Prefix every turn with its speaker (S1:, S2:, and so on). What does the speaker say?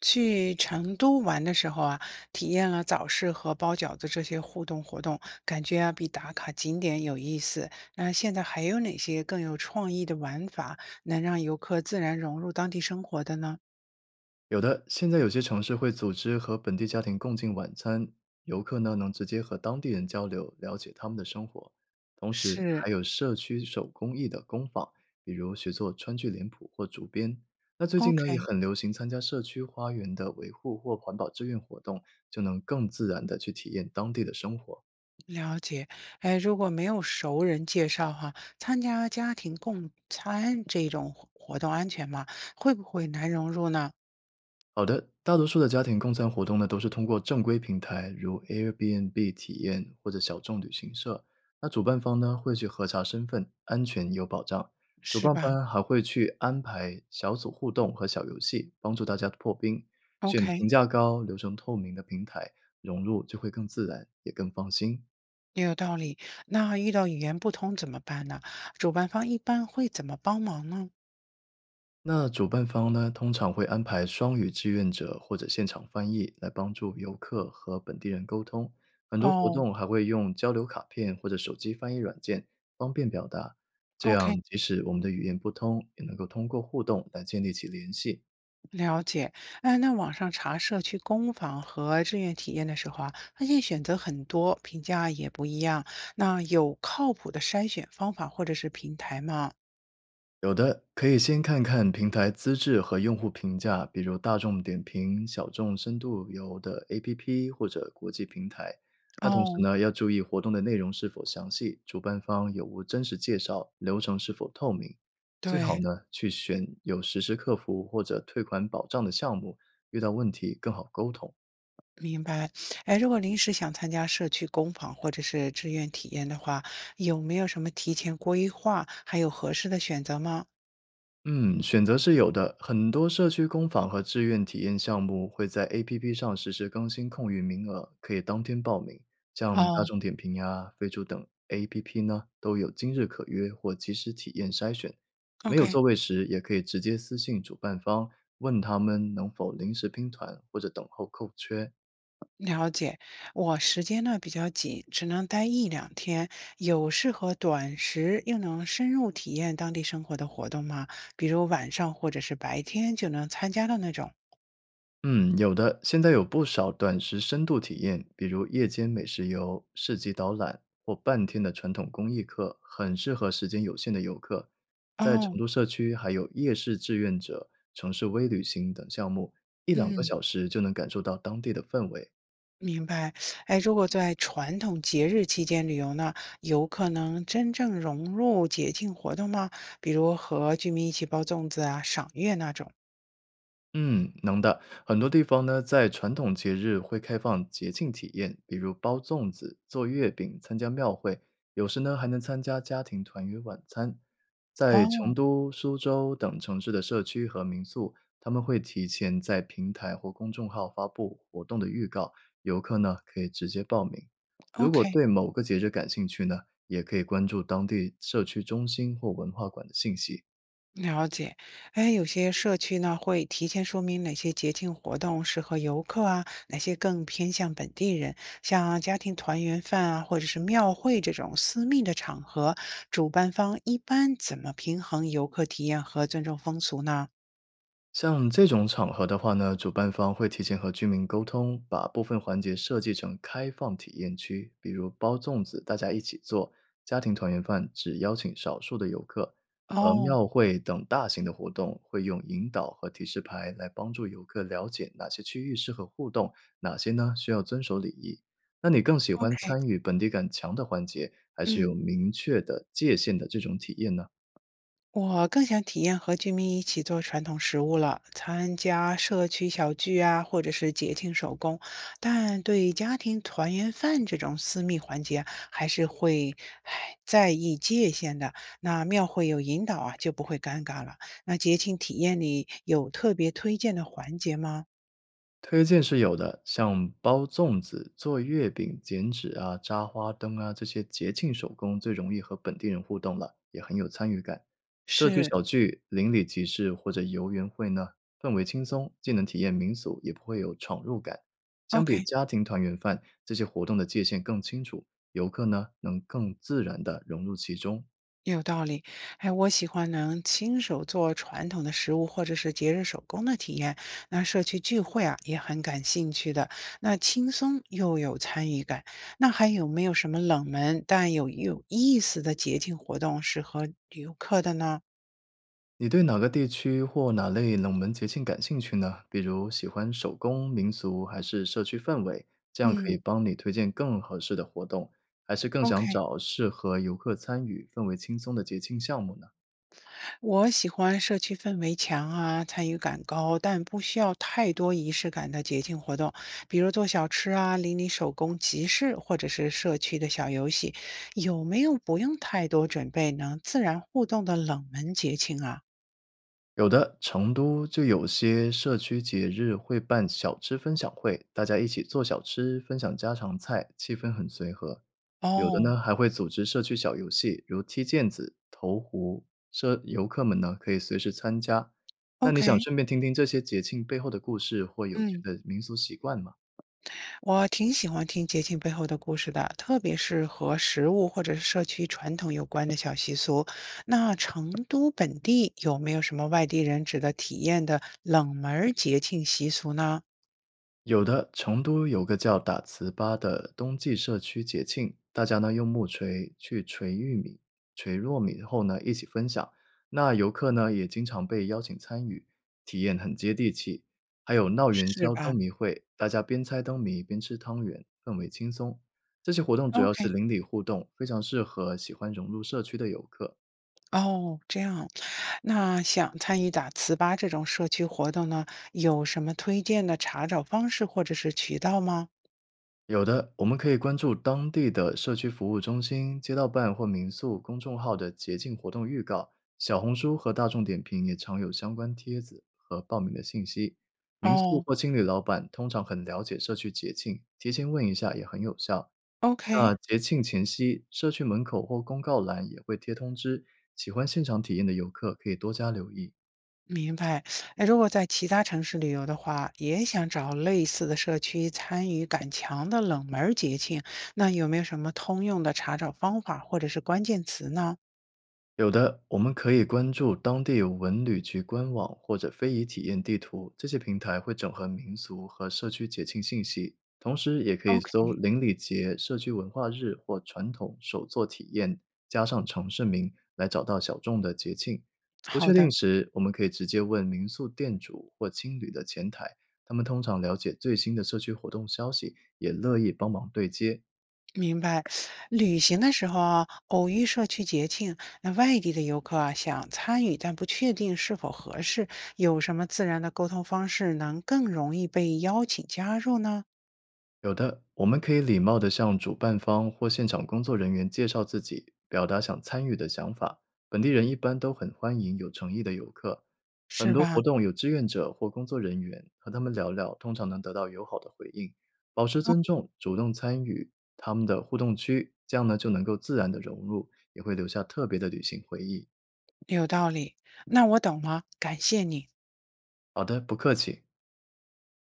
S1: 去成都玩的时候啊，体验了早市和包饺子这些互动活动，感觉啊比打卡景点有意思。那现在还有哪些更有创意的玩法，能让游客自然融入当地生活的呢？
S2: 有的，现在有些城市会组织和本地家庭共进晚餐，游客呢能直接和当地人交流，了解他们的生活。同时，
S1: 是
S2: 还有社区手工艺的工坊，比如学做川剧脸谱或竹编。那最近呢，也
S1: ，OK，
S2: 很流行参加社区花园的维护或环保志愿活动，就能更自然的去体验当地的生活。
S1: 了解。哎，如果没有熟人介绍哈，参加家庭共餐这种活动安全吗？会不会难融入呢？
S2: 好的，大多数的家庭共餐活动呢，都是通过正规平台，如 Airbnb 体验或者小众旅行社。那主办方呢，会去核查身份，安全有保障。主
S1: 是
S2: 办
S1: 吧
S2: 方还会去安排小组互动和小游戏，帮助大家破冰。选
S1: ？OK。
S2: 评价高、流程透明的平台，融入就会更自然，也更放心。
S1: 也有道理。那遇到语言不通怎么办呢？主办方一般会怎么帮忙呢？
S2: 那主办方呢，通常会安排双语志愿者或者现场翻译来帮助游客和本地人沟通。很多活
S1: 哦
S2: 动还会用交流卡片或者手机翻译软件，方便表达。这
S1: ，OK，
S2: 样，即使我们的语言不通，也能够通过互动来建立起联系。
S1: 了解。哎，那网上查社区工坊和志愿体验的时候啊，发现选择很多，评价也不一样。那有靠谱的筛选方法或者是平台吗？
S2: 有的可以先看看平台资质和用户评价，比如大众点评、小众深度游的 APP 或者国际平台。那同时
S1: 哦，
S2: 呢，要注意活动的内容是否详细，主办方有无真实介绍，流程是否透明。最好
S1: 对。
S2: 呢，去选有实时客服或者退款保障的项目，遇到问题更好沟通。
S1: 明白，哎，如果临时想参加社区工坊或者是志愿体验的话，有没有什么提前规划，还有合适的选择吗？
S2: 嗯，选择是有的，很多社区工坊和志愿体验项目会在 APP 上实时更新空余名额，可以当天报名。像大
S1: 哦
S2: 众点评呀、飞猪等 APP 呢，都有今日可约或即时体验筛选。没有
S1: ，OK，
S2: 座位时，也可以直接私信主办方，问他们能否临时拼团或者等候扣缺。
S1: 了解，我时间呢比较紧，只能待一两天。有适合短时又能深入体验当地生活的活动吗？比如晚上或者是白天就能参加的那种？
S2: 嗯，有的，现在有不少短时深度体验，比如夜间美食游、市集导览或半天的传统工艺课，很适合时间有限的游客。在成
S1: 哦，
S2: 都社区，还有夜市志愿者、城市微旅行等项目，一两个
S1: 嗯，
S2: 小时就能感受到当地的氛围。
S1: 明白。哎，如果在传统节日期间旅游呢，有可能真正融入节庆活动吗？比如和居民一起包粽子啊、赏月那种？
S2: 嗯，能的。很多地方呢，在传统节日会开放节庆体验，比如包粽子、做月饼、参加庙会，有时呢还能参加家庭团圆晚餐。在成
S1: 哦
S2: 都、苏州等城市的社区和民宿，他们会提前在平台或公众号发布活动的预告，游客呢可以直接报名。如果
S1: ，OK。
S2: 对某个节日感兴趣呢，也可以关注当地社区中心或文化馆的信息。
S1: 了解，哎，有些社区呢会提前说明哪些节庆活动适合游客啊，哪些更偏向本地人，像家庭团圆饭啊，或者是庙会这种私密的场合，主办方一般怎么平衡游客体验和尊重风俗呢？
S2: 像这种场合的话呢，主办方会提前和居民沟通，把部分环节设计成开放体验区，比如包粽子大家一起做，家庭团圆饭只邀请少数的游客，而
S1: 哦
S2: 庙会等大型的活动会用引导和提示牌来帮助游客了解哪些区域适合互动，哪些呢需要遵守礼仪。那你更喜欢
S1: ，OK，
S2: 参与本地感强的环节，还是
S1: 嗯。
S2: 有明确的界限的这种体验呢？
S1: 我更想体验和居民一起做传统食物了，参加社区小聚啊，或者是节庆手工。但对家庭团圆饭这种私密环节啊，还是会唉在意界限的。那庙会有引导啊，就不会尴尬了。那节庆体验里有特别推荐的环节吗？
S2: 推荐是有的，像包粽子、做月饼、剪纸啊、扎花灯啊这些节庆手工，最容易和本地人互动了，也很有参与感。社区
S1: 是
S2: 小聚、邻里集市或者游园会呢，氛围轻松，既能体验民俗，也不会有闯入感。相比
S1: ，OK。
S2: 家庭团圆饭，这些活动的界限更清楚，游客呢能更自然地融入其中。
S1: 有道理，哎，我喜欢能亲手做传统的食物或者是节日手工的体验。那社区聚会啊，也很感兴趣的。那轻松又有参与感。那还有没有什么冷门但有意思的节庆活动适合游客的呢
S2: 你对哪个地区或哪类冷门节庆感兴趣呢？比如喜欢手工、民俗还是社区氛围？这样可以
S1: 嗯，
S2: 帮你推荐更合适的活动，还是更想
S1: ？OK，
S2: 找适合游客参与、氛围轻松的节庆项目呢？
S1: 我喜欢社区氛围强啊，参与感高，但不需要太多仪式感的节庆活动，比如做小吃啊、邻里手工集市，或者是社区的小游戏。有没有不用太多准备能自然互动的冷门节庆啊？
S2: 有的，成都就有些社区节日会办小吃分享会，大家一起做小吃，分享家常菜，气氛很随和。有的
S1: 哦
S2: 呢，还会组织社区小游戏，如踢毽子、投壶，社游客们呢可以随时参加。那你想
S1: ，OK，
S2: 顺便听听这些节庆背后的故事或有趣
S1: 嗯。
S2: 的民俗习惯吗？
S1: 我挺喜欢听节庆背后的故事的，特别是和食物或者是社区传统有关的小习俗。那成都本地有没有什么外地人值得体验的冷门儿节庆习俗呢？
S2: 有的，成都有个叫打糍粑的冬季社区节庆，大家呢用木锤去锤玉米、锤糯米后呢一起分享。那游客呢也经常被邀请参与，体验很接地气。还有闹元
S1: 是
S2: 宵灯
S1: 吧
S2: 谜会，大家边猜灯谜边吃汤圆，氛围轻松。这些活动主要是
S1: ？OK，
S2: 邻里互动，非常适合喜欢融入社区的游客。
S1: 哦，这样。那想参与打糍粑这种社区活动呢，有什么推荐的查找方式或者是渠道吗？
S2: 有的，我们可以关注当地的社区服务中心、街道办或民宿公众号的节庆活动预告，小红书和大众点评也常有相关帖子和报名的信息。民宿
S1: 哦
S2: 或青旅老板通常很了解社区节庆，提前问一下也很有效。那
S1: ，OK。
S2: 节庆前夕，社区门口或公告栏也会贴通知，喜欢现场体验的游客可以多加留意。
S1: 明白，哎，如果在其他城市旅游的话，也想找类似的社区参与感强的冷门儿节庆，那有没有什么通用的查找方法或者是关键词呢
S2: 有的，我们可以关注当地文旅局官网或者非遗体验地图，这些平台会整合民俗和社区节庆信息。同时，也可以
S1: ？OK，
S2: 搜邻里节、社区文化日或传统手作体验，加上城市名来找到小众的节庆。不确
S1: 好
S2: 定
S1: 的，
S2: 时，我们可以直接问民宿店主或青旅的前台，他们通常了解最新的社区活动消息，也乐意帮忙对接。
S1: 明白。旅行的时候啊，偶遇社区节庆，那外地的游客啊想参与，但不确定是否合适，有什么自然的沟通方式能更容易被邀请加入呢？
S2: 有的，我们可以礼貌地向主办方或现场工作人员介绍自己，表达想参与的想法。本地人一般都很欢迎有诚意的游客。很
S1: 是
S2: 多
S1: 吧？
S2: 活动有志愿者或工作人员，和他们聊聊，通常能得到友好的回应。保持尊重，主动参与他们的互动区，这样呢就能够自然地融入，也会留下特别的旅行回忆。
S1: 有道理。那我懂了，感谢你。
S2: 好的，不客气。